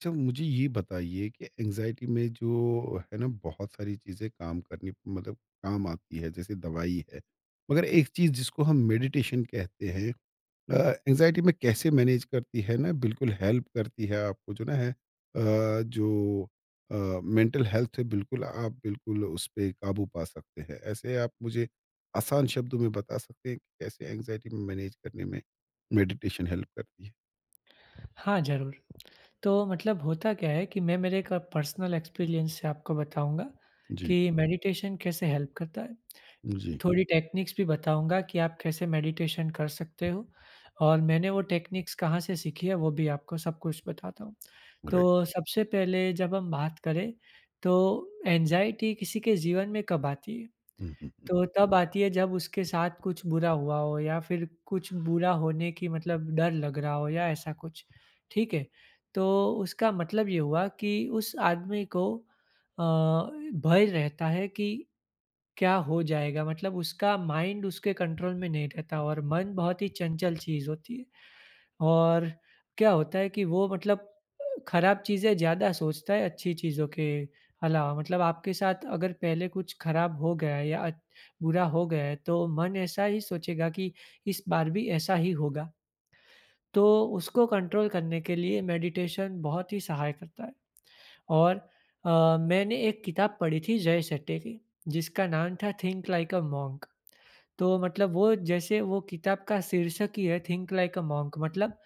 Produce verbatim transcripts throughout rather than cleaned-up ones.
अच्छा, मुझे ये बताइए कि एंजाइटी में जो है ना बहुत सारी चीज़ें काम करनी मतलब काम आती है। जैसे दवाई है, मगर एक चीज़ जिसको हम मेडिटेशन कहते हैं, एंजाइटी में कैसे मैनेज करती है ना? बिल्कुल हेल्प करती है आपको। जो ना है अ, जो मेंटल हेल्थ है, बिल्कुल आप बिल्कुल उस पर काबू पा सकते हैं। ऐसे आप मुझे आसान शब्दों में बता सकते हैं कि कैसे एंजाइटी में मैनेज करने में मेडिटेशन हेल्प करती है? हाँ, ज़रूर। तो मतलब होता क्या है कि मैं मेरे एक पर्सनल एक्सपीरियंस से आपको बताऊँगा जी। कि मेडिटेशन कैसे हेल्प करता है। जी। थोड़ी टेक्निक्स भी बताऊँगा कि आप कैसे मेडिटेशन कर सकते हो और मैंने वो टेक्निक्स कहाँ से सीखी है, वो भी आपको सब कुछ बताता हूँ। राइट। तो सबसे पहले जब हम बात करें, तो एंग्ज़ायटी किसी के जीवन में कब आती है? हम्म, हम्म, तो तब आती है जब उसके साथ कुछ बुरा हुआ हो या फिर कुछ बुरा होने की मतलब डर लग रहा हो या ऐसा कुछ, ठीक है? तो उसका मतलब ये हुआ कि उस आदमी को अ, भय रहता है कि क्या हो जाएगा? मतलब उसका माइंड उसके कंट्रोल में नहीं रहता और मन बहुत ही चंचल चीज़ होती है। और क्या होता है कि वो मतलब खराब चीज़ें ज़्यादा सोचता है अच्छी चीज़ों के अलावा। मतलब आपके साथ अगर पहले कुछ खराब हो गया है या अ, बुरा हो गया है तो मन ऐसा ही सोचेगा कि इस बार भी ऐसा ही होगा। तो उसको कंट्रोल करने के लिए मेडिटेशन बहुत ही सहाय करता है। और अ, मैंने एक किताब पढ़ी थी जय शेट्टी की जिसका नाम था थिंक लाइक अ मोंक। तो मतलब वो जैसे वो किताब का शीर्षक ही है थिंक लाइक अ मॉन्क मतलब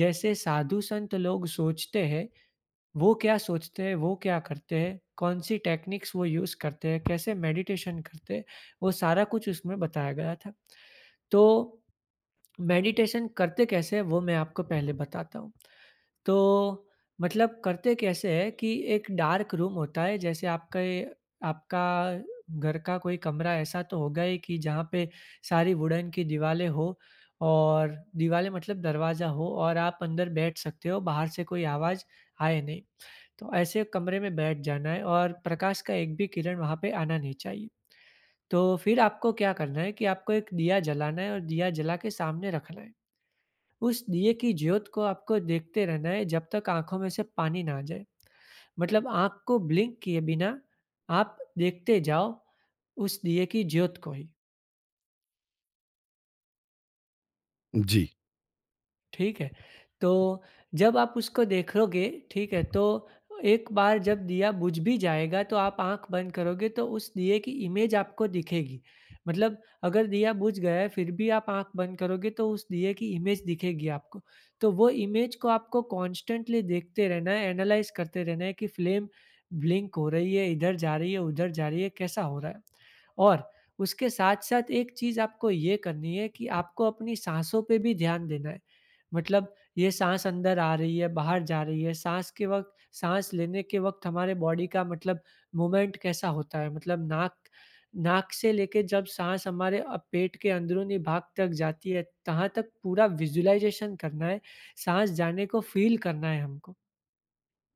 जैसे साधु संत लोग सोचते हैं, वो क्या सोचते हैं, वो क्या करते हैं, कौन-सी टेक्निक्स वो यूज़ करते हैं, कैसे मेडिटेशन करते हैं, वो सारा कुछ उसमें बताया गया था। तो मेडिटेशन करते कैसे हैं, वो मैं आपको पहले बताता हूँ। तो मतलब करते कैसे है कि एक डार्क रूम होता है जैसे आपके आपका घर का कोई कमरा ऐसा तो होगा ही कि जहाँ पे सारी वुडन की दीवारें हो और दीवारें मतलब दरवाज़ा हो और आप अंदर बैठ सकते हो, बाहर से कोई आवाज़ आए नहीं। तो ऐसे कमरे में बैठ जाना है और प्रकाश का एक भी किरण वहाँ पे आना नहीं चाहिए। तो फिर आपको क्या करना है कि आपको एक दिया जलाना है और दिया जला के सामने रखना है। उस दिए की ज्योत को आपको देखते रहना है जब तक आँखों में से पानी ना आ जाए। मतलब आँख को ब्लिंक किए बिना आप देखते जाओ उस दिए की ज्योत को ही। हम्म। जी। ठीक है। तो जब आप उसको देखोगे, ठीक है, तो एक बार जब दिया बुझ भी जाएगा तो आप आँख बंद करोगे तो उस दिए की इमेज आपको दिखेगी। मतलब अगर दिया बुझ गया है फिर भी आप आँख बंद करोगे तो उस दिए की इमेज दिखेगी आपको। तो वो इमेज को आपको कॉन्स्टेंटली देखते रहना है, एनालाइज़ करते रहना है कि फ्लेम ब्लिंक हो रही है, इधर जा रही है, उधर जा रही है, कैसा हो रहा है? और उसके साथ-साथ एक चीज़ आपको ये करनी है कि आपको अपनी साँसों पे भी ध्यान देना है। मतलब ये साँस अंदर आ रही है, बाहर जा रही है, साँस के वक़्त साँस लेने के वक़्त हमारे बॉडी का मतलब मूवमेंट कैसा होता है। मतलब नाक नाक से लेके जब साँस हमारे अ, पेट के अंदरूनी भाग तक जाती है, तहाँ तक पूरा विज़ुअलाइज़ेशन करना है, साँस जाने को फ़ील करना है हमको।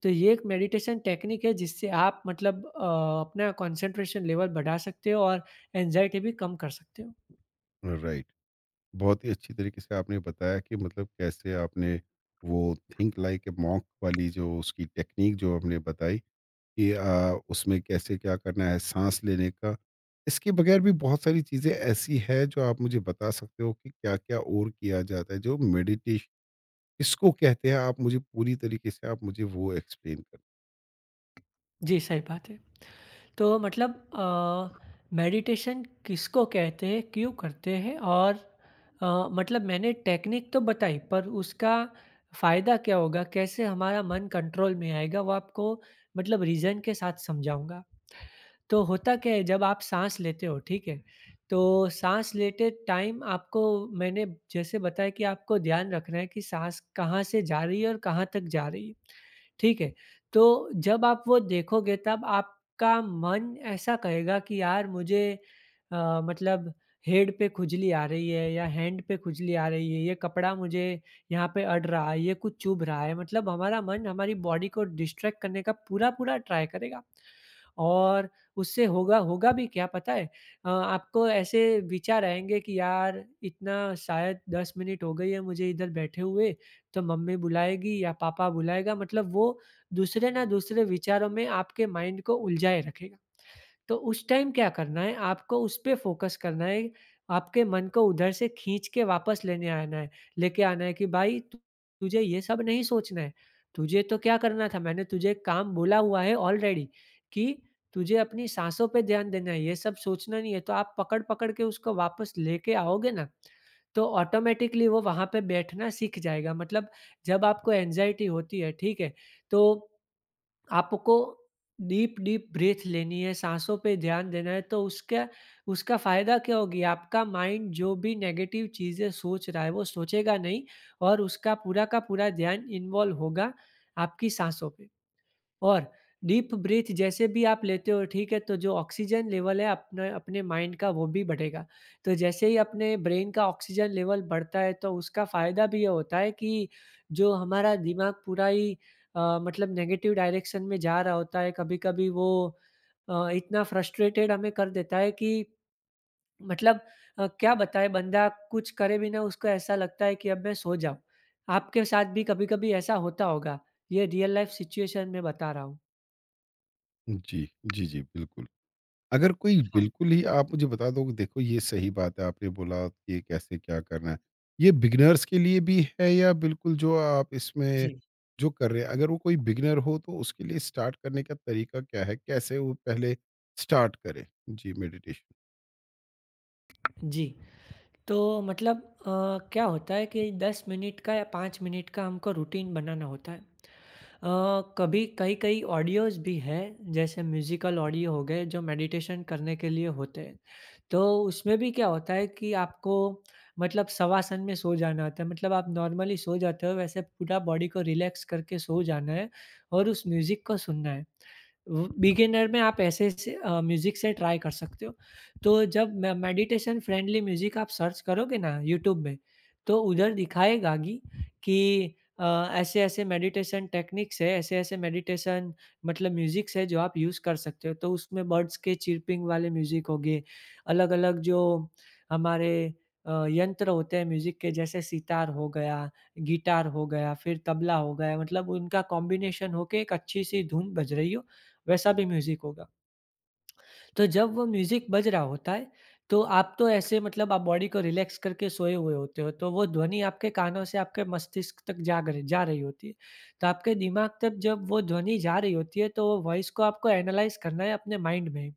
तो ये एक मेडिटेशन टेक्निक है जिससे आप मतलब अ, अपना कंसंट्रेशन लेवल बढ़ा सकते हो और एंग्ज़ायटी भी कम कर सकते हो। राइट। बहुत ही अच्छी तरीके से आपने बताया कि मतलब कैसे आपने वो थिंक लाइक ए मॉन्क वाली जो उसकी टेक्नीक जो आपने बताई कि अ, उसमें कैसे क्या करना है साँस लेने का। इसके बगैर भी बहुत सारी चीज़ें ऐसी है जो आप मुझे बता सकते हो कि क्या-क्या और किया जाता है। जो मेडिटेश किसको कहते हैं, आप मुझे पूरी तरीके से आप मुझे वो एक्सप्लेन करें? जी, सही बात है। तो मतलब अ, मेडिटेशन किसको कहते हैं, क्यों करते हैं और अ, मतलब मैंने टेक्निक तो बताई पर उसका फ़ायदा क्या होगा? कैसे हमारा मन कंट्रोल में आएगा? वो आपको मतलब रीज़न के साथ समझाऊँगा। तो होता क्या है जब आप साँस लेते हो, ठीक है? तो साँस लेते टाइम आपको मैंने जैसे बताया कि आपको ध्यान रखना है कि साँस कहाँ से जा रही है और कहाँ तक जा रही है, ठीक है? तो जब आप वो देखोगे तब आपका मन ऐसा कहेगा कि यार मुझे अ, मतलब हेड पे खुजली आ रही है या हैंड पे खुजली आ रही है, ये कपड़ा मुझे यहाँ पे अड़ रहा है, ये कुछ चुभ रहा है। मतलब हमारा मन हमारी बॉडी को डिस्ट्रैक्ट करने का पूरा-पूरा ट्राई करेगा। और उससे होगा होगा भी क्या पता है? अ, आपको ऐसे विचार आएँगे कि यार इतना शायद दस मिनट हो गई है मुझे इधर बैठे हुए, तो मम्मी बुलाएगी या पापा बुलाएगा मतलब वो दूसरे ना दूसरे विचारों में आपके माइंड को उलझाए रखेगा। तो उस टाइम क्या करना है, आपको उस पे फ़ोकस करना है, आपके मन को उधर से खींच के वापस लेने आना है लेके आना है कि भाई तु तुझे ये सब नहीं सोचना है। तुझे तो क्या करना था, मैंने तुझे काम बोला हुआ है ऑलरेडी कि तुझे अपनी साँसों पे ध्यान देना है, ये सब सोचना नहीं है। तो आप पकड़-पकड़ के उसको वापस लेके आओगे ना, तो ऑटोमैटिकली वो वहाँ पे बैठना सीख जाएगा। मतलब जब आपको एंग्ज़ायटी होती है, ठीक है, तो आपको डीप डीप ब्रीथ लेनी है, साँसों पे ध्यान देना है तो उसका उसका फ़ायदा क्या होगी आपका माइंड जो भी नेगेटिव चीज़ें सोच रहा है वो सोचेगा नहीं और उसका पूरा का पूरा ध्यान इन्वॉल्व होगा आपकी साँसों पे। और डीप ब्रीथ जैसे भी आप लेते हो, ठीक है, तो जो ऑक्सीजन लेवल है अपने अपने माइंड का वो भी बढ़ेगा। तो जैसे ही अपने ब्रेन का ऑक्सीजन लेवल बढ़ता है तो उसका फ़ायदा भी ये होता है कि जो हमारा दिमाग पूरा ही अ, मतलब नेगेटिव डायरेक्शन में जा रहा होता है, कभी-कभी वो अ, इतना फ्रस्ट्रेटेड हमें कर देता है कि मतलब अ, क्या बताएँ बंदा कुछ करे भी ना उसको ऐसा लगता है कि अब मैं सो जाऊँ। आपके साथ भी कभी-कभी ऐसा होता होगा? ये रियल लाइफ़ सिचुएशन में बता रहा हूँ। जी। जी, जी। बिल्कुल। अगर कोई हाँ। बिल्कुल ही आप मुझे बता दो कि देखो, ये सही बात है आपने बोला कि ये कैसे क्या करना है। ये बिगिनर्स के लिए भी है या बिल्कुल जो आप इसमें जी, जो कर रहे हैं, अगर वो कोई बिगिनर हो तो उसके लिए स्टार्ट करने का तरीका क्या है? कैसे वो पहले स्टार्ट करे? जी, मेडिटेशन। जी। तो मतलब अ, क्या होता है कि दस मिनट का या पाँच मिनट का हमको रूटीन बनाना होता है। अ, कभी कई-कई ऑडियोज़ भी हैं, जैसे म्यूज़िकल ऑडियो हो गए जो मेडिटेशन करने के लिए होते हैं। तो उसमें भी क्या होता है कि आपको मतलब शवासन में सो जाना होता है। मतलब आप नॉर्मली सो जाते हो वैसे पूरा बॉडी को रिलैक्स करके सो जाना है और उस म्यूज़िक को सुनना है। व बिगिनर में आप ऐसे से अ, म्यूज़िक से ट्राई कर सकते हो। तो जब मे मेडिटेशन फ्रेंडली म्यूज़िक आप सर्च करोगे ना यूट्यूब में तो उधर दिखाएगा गी कि अ, ऐसे-ऐसे मेडिटेशन टेक्निक्स है, ऐसे-ऐसे मेडिटेशन मतलब म्यूज़िक्स है जो आप यूज़ कर सकते हो। तो उसमें बर्ड्स के चिर्पिंग वाले म्यूज़िक हो गए अलग-अलग जो हमारे अ, यंत्र होते हैं म्यूज़िक के जैसे सितार हो गया, गिटार हो गया, फिर तबला हो गया मतलब उनका कॉम्बिनेशन होके एक अच्छी-सी धुन बज रही हो, वैसा भी म्यूज़िक होगा। तो जब वो म्यूज़िक बज रहा होता है, तो आप तो ऐसे मतलब आप बॉडी को रिलैक्स करके सोए हुए होते हो, तो वो ध्वनि आपके कानों से आपके मस्तिष्क तक जाग रही जा रही होती है। तो आपके दिमाग तक जब वो ध्वनि जा रही होती है, तो वो वॉइस को आपको एनालाइज़ करना है अपने माइंड में।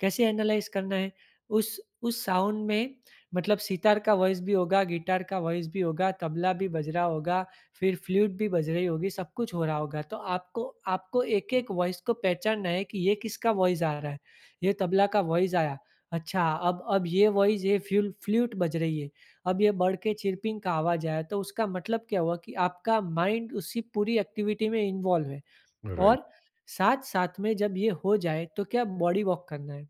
कैसे एनालाइज़ करना है? उस उस साउंड में मतलब सितार का वॉइस भी होगा, गिटार का वॉइस भी होगा, तबला भी बज रहा होगा, फिर फ्लूट भी बज रही होगी, सब कुछ हो रहा होगा। तो आपको आपको एक-एक वॉइस को पहचानना है कि ये किसका वॉइस आ रहा है? ये तबला का वॉइस आया, अच्छा अब अब ये वॉइस ये फ्यूल फ्लूट बज रही है। अब ये बर्ड के चिर्पिंग का आवाज़ आया, तो उसका मतलब क्या हुआ कि आपका माइंड उसी पूरी एक्टिविटी में इन्वॉल्व है। राइट। और साथ-साथ में जब ये हो जाए तो क्या बॉडी वॉक करना है।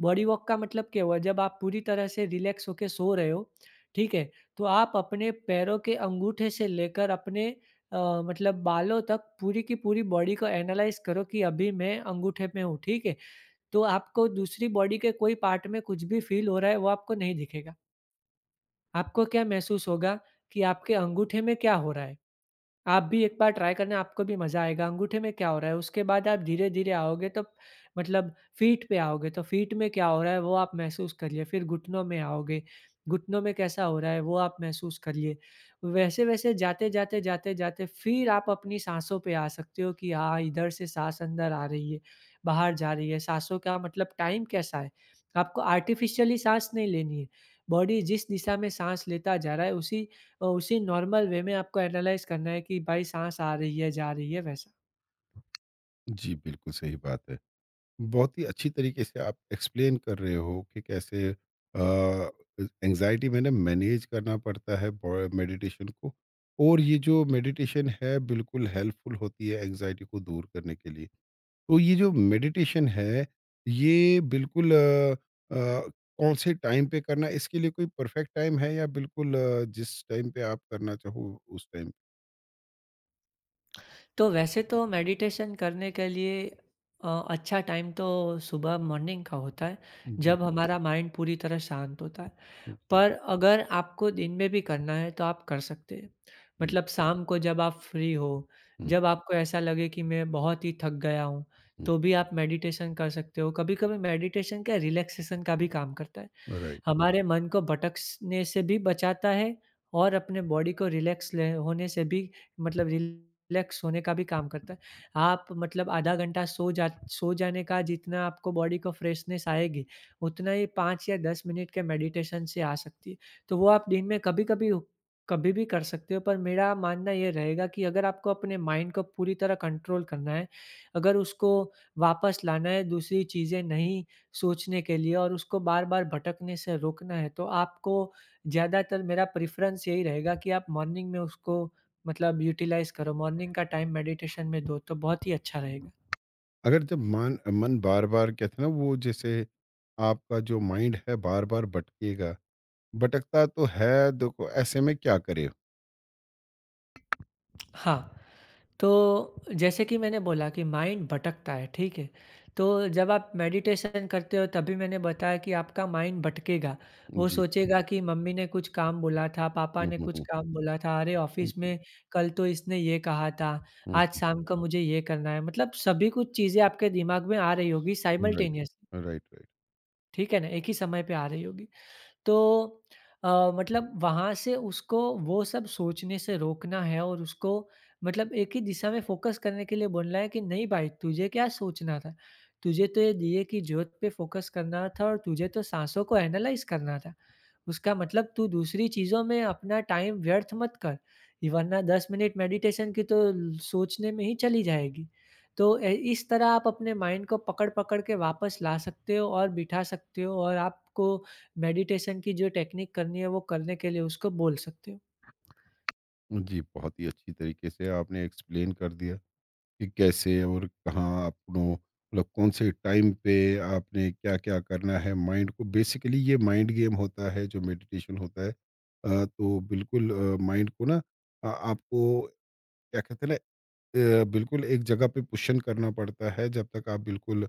बॉडी वॉक का मतलब क्या हुआ जब आप पूरी तरह से रिलैक्स होके सो रहे हो, ठीक है? तो आप अपने पैरों के अंगूठे से लेकर अपने अ, मतलब बालों तक पूरी की पूरी बॉडी को एनालाइज़ करो कि अभी मैं अंगूठे में हूँ, ठीक है? तो आपको दूसरी बॉडी के कोई पार्ट में कुछ भी फ़ील हो रहा है वो आपको नहीं दिखेगा। आपको क्या महसूस होगा कि आपके अंगूठे में क्या हो रहा है? आप भी एक बार ट्राई करना, आपको भी मज़ा आएगा, अंगूठे में क्या हो रहा है? उसके बाद आप धीरे-धीरे आओगे तो मतलब फ़ीट पे आओगे, तो फ़ीट में क्या हो रहा है वो आप महसूस करिए, फिर घुटनों में आओगे, घुटनों में कैसा हो रहा है वो आप महसूस करिए। वैसे-वैसे जाते-जाते, जाते-जाते फिर आप अपनी साँसों पे आ सकते हो कि हाँ, इधर से साँस अंदर आ रही है, बाहर जा रही है, साँसों का मतलब टाइम कैसा है? आपको आर्टिफ़िशियली साँस नहीं लेनी है, बॉडी जिस दिशा में साँस लेता जा रहा है उसी अ, उसी नॉर्मल वे में आपको एनालाइज़ करना है कि भाई साँस आ रही है, जा रही है, वैसा। जी, बिल्कुल सही बात है। बहुत ही अच्छी तरीके से आप एक्सप्लेन कर रहे हो कि कैसे एंजाइटी मैंने मैनेज करना पड़ता है मेडिटेशन को, और ये जो मेडिटेशन है बिल्कुल हेल्पफुल होती है एंजाइटी को दूर करने के लिए। तो ये जो मेडिटेशन है ये बिल्कुल अ, अ, कौन से टाइम पे करना है? इसके लिए कोई परफेक्ट टाइम है या बिल्कुल अ, जिस टाइम पे आप करना चाहो उस टाइम? तो वैसे तो मेडिटेशन करने के लिए अ, अच्छा टाइम तो सुबह मॉर्निंग का होता है, जी। जब हुँ। हमारा माइंड पूरी तरह शांत होता है। जी। जी। पर अगर आपको दिन में भी करना है तो आप कर सकते हैं। मतलब शाम को जब आप फ्री हो, हम्म, जब आपको ऐसा लगे कि मैं बहुत ही थक गया हूँ, हम्म। तो भी आप मेडिटेशन कर सकते हो। कभी-कभी मेडिटेशन क्या रिलैक्सेशन का भी काम करता है। राइट। हमारे मन को भटकने से भी बचाता है और अपने बॉडी को रिलैक्स ले होने से भी मतलब रिलैक्स होने का भी काम करता है। आप मतलब आधा घंटा सो जा सो जाने का जितना आपको बॉडी को फ्रेशनेस आएगी, उतना ही पाँच या दस मिनट के मेडिटेशन से आ सकती है। तो वो आप दिन में कभी-कभी कभी कभी भी कर सकते हो, पर मेरा मानना ये रहेगा कि अगर आपको अपने माइंड को पूरी तरह कंट्रोल करना है, अगर उसको वापस लाना है, दूसरी चीज़ें नहीं सोचने के लिए और उसको बार-बार भटकने से रोकना है, तो आपको ज़्यादातर मेरा प्रेफ़रेंस यही रहेगा कि आप मॉर्निंग में उसको मतलब यूटिलाइज़ करो, मॉर्निंग का टाइम मेडिटेशन में दो, तो बहुत ही अच्छा रहेगा। अगर जब मान मन बार-बार कहते हैं ना, वो जैसे आपका जो माइंड है बार-बार भटकेगा, भटकता तो है, देखो ऐसे में क्या करें? हाँ। तो जैसे कि मैंने बोला कि माइंड भटकता है, ठीक है? तो जब आप मेडिटेशन करते हो तभी मैंने बताया कि आपका माइंड भटकेगा। वो जी। सोचेगा कि मम्मी ने कुछ काम बोला था, पापा हुँ, ने हुँ, कुछ हुँ। काम बोला था, अरे जी, ऑफ़िस जी। में कल तो इसने ये कहा था, हुँ, आज हुँ। शाम को मुझे ये करना है। मतलब सभी कुछ चीज़ें आपके दिमाग में आ रही होगी राइट, साइमल्टेनियसली, राइट, राइट। ठीक है ना? एक ही समय पे आ रही होगी। तो अ, मतलब वहाँ से उसको वो सब सोचने से रोकना है और उसको मतलब एक ही दिशा में फ़ोकस करने के लिए बोलना है कि नहीं भाई तुझे क्या सोचना था? तुझे तो ये दिए की ज्योत पे फ़ोकस करना था और तुझे तो साँसों को एनालाइज़ करना था। उसका मतलब तू दूसरी चीज़ों में अपना टाइम व्यर्थ मत कर, वरना दस मिनट मेडिटेशन की तो ल सोचने में ही चली जाएगी। तो ए इस तरह आप अपने माइंड को पकड़-पकड़ के वापस ला सकते हो और बिठा सकते हो और आपको मेडिटेशन की जो टेक्निक करनी है वो करने के लिए उसको बोल सकते हो। जी, बहुत ही अच्छी तरीके से आपने एक्सप्लेन कर दिया कि कैसे और कहाँ अपनों, मतलब कौन-से टाइम पे आपने क्या-क्या करना है माइंड को। बेसिकली ये माइंड गेम होता है जो मेडिटेशन होता है। अ, तो बिल्कुल अ, माइंड को ना अ, आपको क्या कहते हैं ना अ, बिल्कुल एक जगह पे पुशन करना पड़ता है जब तक आप बिल्कुल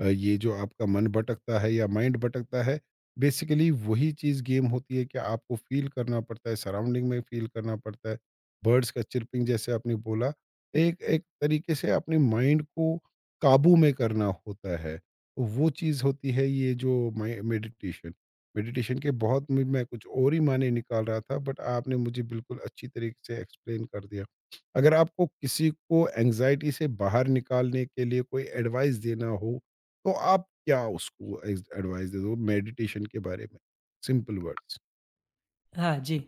अ, ये जो आपका मन भटकता है या माइंड भटकता है, बेसिकली वही चीज़ गेम होती है कि आपको फील करना पड़ता है, सराउंडिंग में फील करना पड़ता है। बर्ड्स का चिरपिंग जैसे आपने बोला, एक एक तरीके से अपने माइंड को काबू में करना होता है। तो वो चीज़ होती है ये जो मेडिटेशन मेडिटेशन के बहुत, मैं मैं कुछ और ही माने निकाल रहा था, बट आपने मुझे बिल्कुल अच्छी तरीके से एक्सप्लेन कर दिया। अगर आपको किसी को एंजाइटी से बाहर निकालने के लिए कोई एडवाइस देना हो, तो आप क्या उसको एज एडवाइस दे दो मेडिटेशन के बारे में? Simple words. हाँ जी।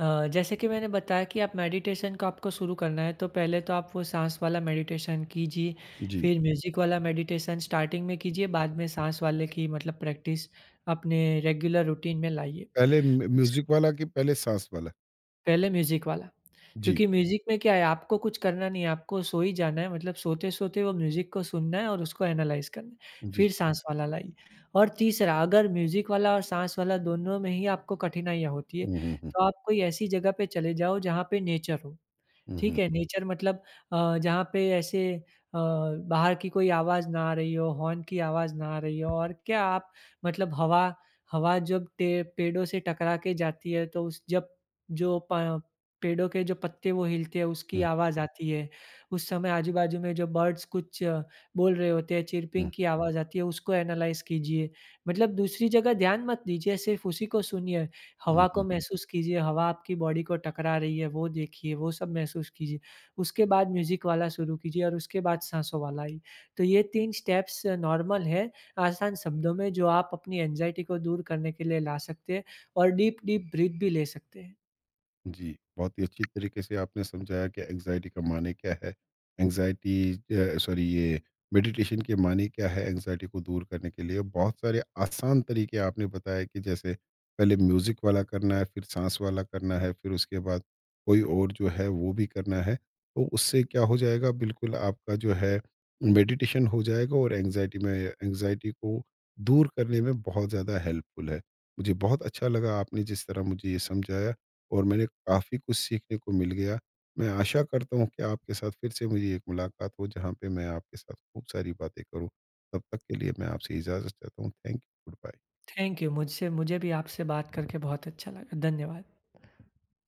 अ, जैसे कि मैंने बताया कि आप मेडिटेशन को आपको शुरू करना है, तो पहले तो आप वो साँस वाला मेडिटेशन कीजिए, जी, फिर म्यूज़िक वाला मेडिटेशन स्टार्टिंग में कीजिए, बाद में साँस वाले की मतलब प्रैक्टिस अपने रेगुलर रूटीन में लाइए। पहले म्यू म्यूज़िक वाला कि पहले साँस वाला? पहले म्यूज़िक वाला, जी, क्योंकि म्यूज़िक में क्या है आपको कुछ करना नहीं है, आपको सो ही जाना है मतलब सोते-सोते वो म्यूज़िक को सुनना है और उसको एनालाइज़ करना है, जी, जी। फिर साँस वाला लाइए। और तीसरा अगर म्यूज़िक वाला और साँस वाला दोनों में ही आपको कठिनाइयाँ होती है, हुँ, हुँ, हुँ। तो आप कोई ऐसी जगह पे चले जाओ जहाँ पे नेचर हो। हुँ, हुँ, ठीक है, नेचर मतलब अ, जहाँ पे ऐसे अ, बाहर की कोई आवाज़ ना आ रही हो, हॉर्न की आवाज़ ना आ रही हो और क्या आप मतलब हवा हवा जब टे पेड़ों से टकरा के जाती है तो उस जब जो प पेड़ों के जो पत्ते वो हिलते हैं उसकी हुँ, आवाज़ आती है। उस समय आजू-बाजू में जो बर्ड्स कुछ अ, बोल रहे होते हैं, हुँ, चिर्पिंग की आवाज़ आती है उसको एनालाइज़ कीजिए। मतलब दूसरी जगह ध्यान मत दीजिए, सिर्फ़ उसी को सुनिए। हवा हुँ। को महसूस कीजिए, हवा आपकी बॉडी को टकरा रही है, वो देखिए, वो सब महसूस कीजिए। उसके बाद म्यूज़िक वाला शुरू कीजिए और उसके बाद साँसों वाला ही। तो ये तीन स्टेप्स नॉर्मल है, आसान शब्दों में जो आप अपनी एंग्ज़ायटी को दूर करने के लिए ला सकते हैं और डीप, डीप ब्रीथ भी ले सकते हैं। जी, बहुत ही अच्छी तरीके से आपने समझाया कि एंग्ज़ायटी का माने क्या है, एंग्ज़ायटी अ, सॉरी, ये मेडिटेशन के माने क्या है एंग्ज़ायटी को दूर करने के लिए। बहुत सारे आसान तरीके आपने बताए कि जैसे पहले म्यूज़िक वाला करना है, फिर साँस वाला करना है, फिर उसके बाद कोई और जो है वो भी करना है। तो उससे क्या हो जाएगा, बिल्कुल आपका जो है मेडिटेशन हो जाएगा और एंग्ज़ायटी में, एंग्ज़ायटी को दूर करने में बहुत ज़्यादा हेल्पफुल है। मुझे बहुत अच्छा लगा आपने जिस तरह मुझे ये समझाया। और मैंने काफ़ी कुछ सीखने को मिल गया। मैं आशा करता हूँ कि आपके साथ फिर से मेरी एक मुलाकात हो जहाँ पे मैं आपके साथ खूब सारी बातें करूँ। तब तक के लिए मैं आपसे इजाज़त चाहता हूँ। Thank you, good bye. Thank you. मुझसे मुझे भी आपसे बात करके बहुत अच्छा लगा। धन्यवाद।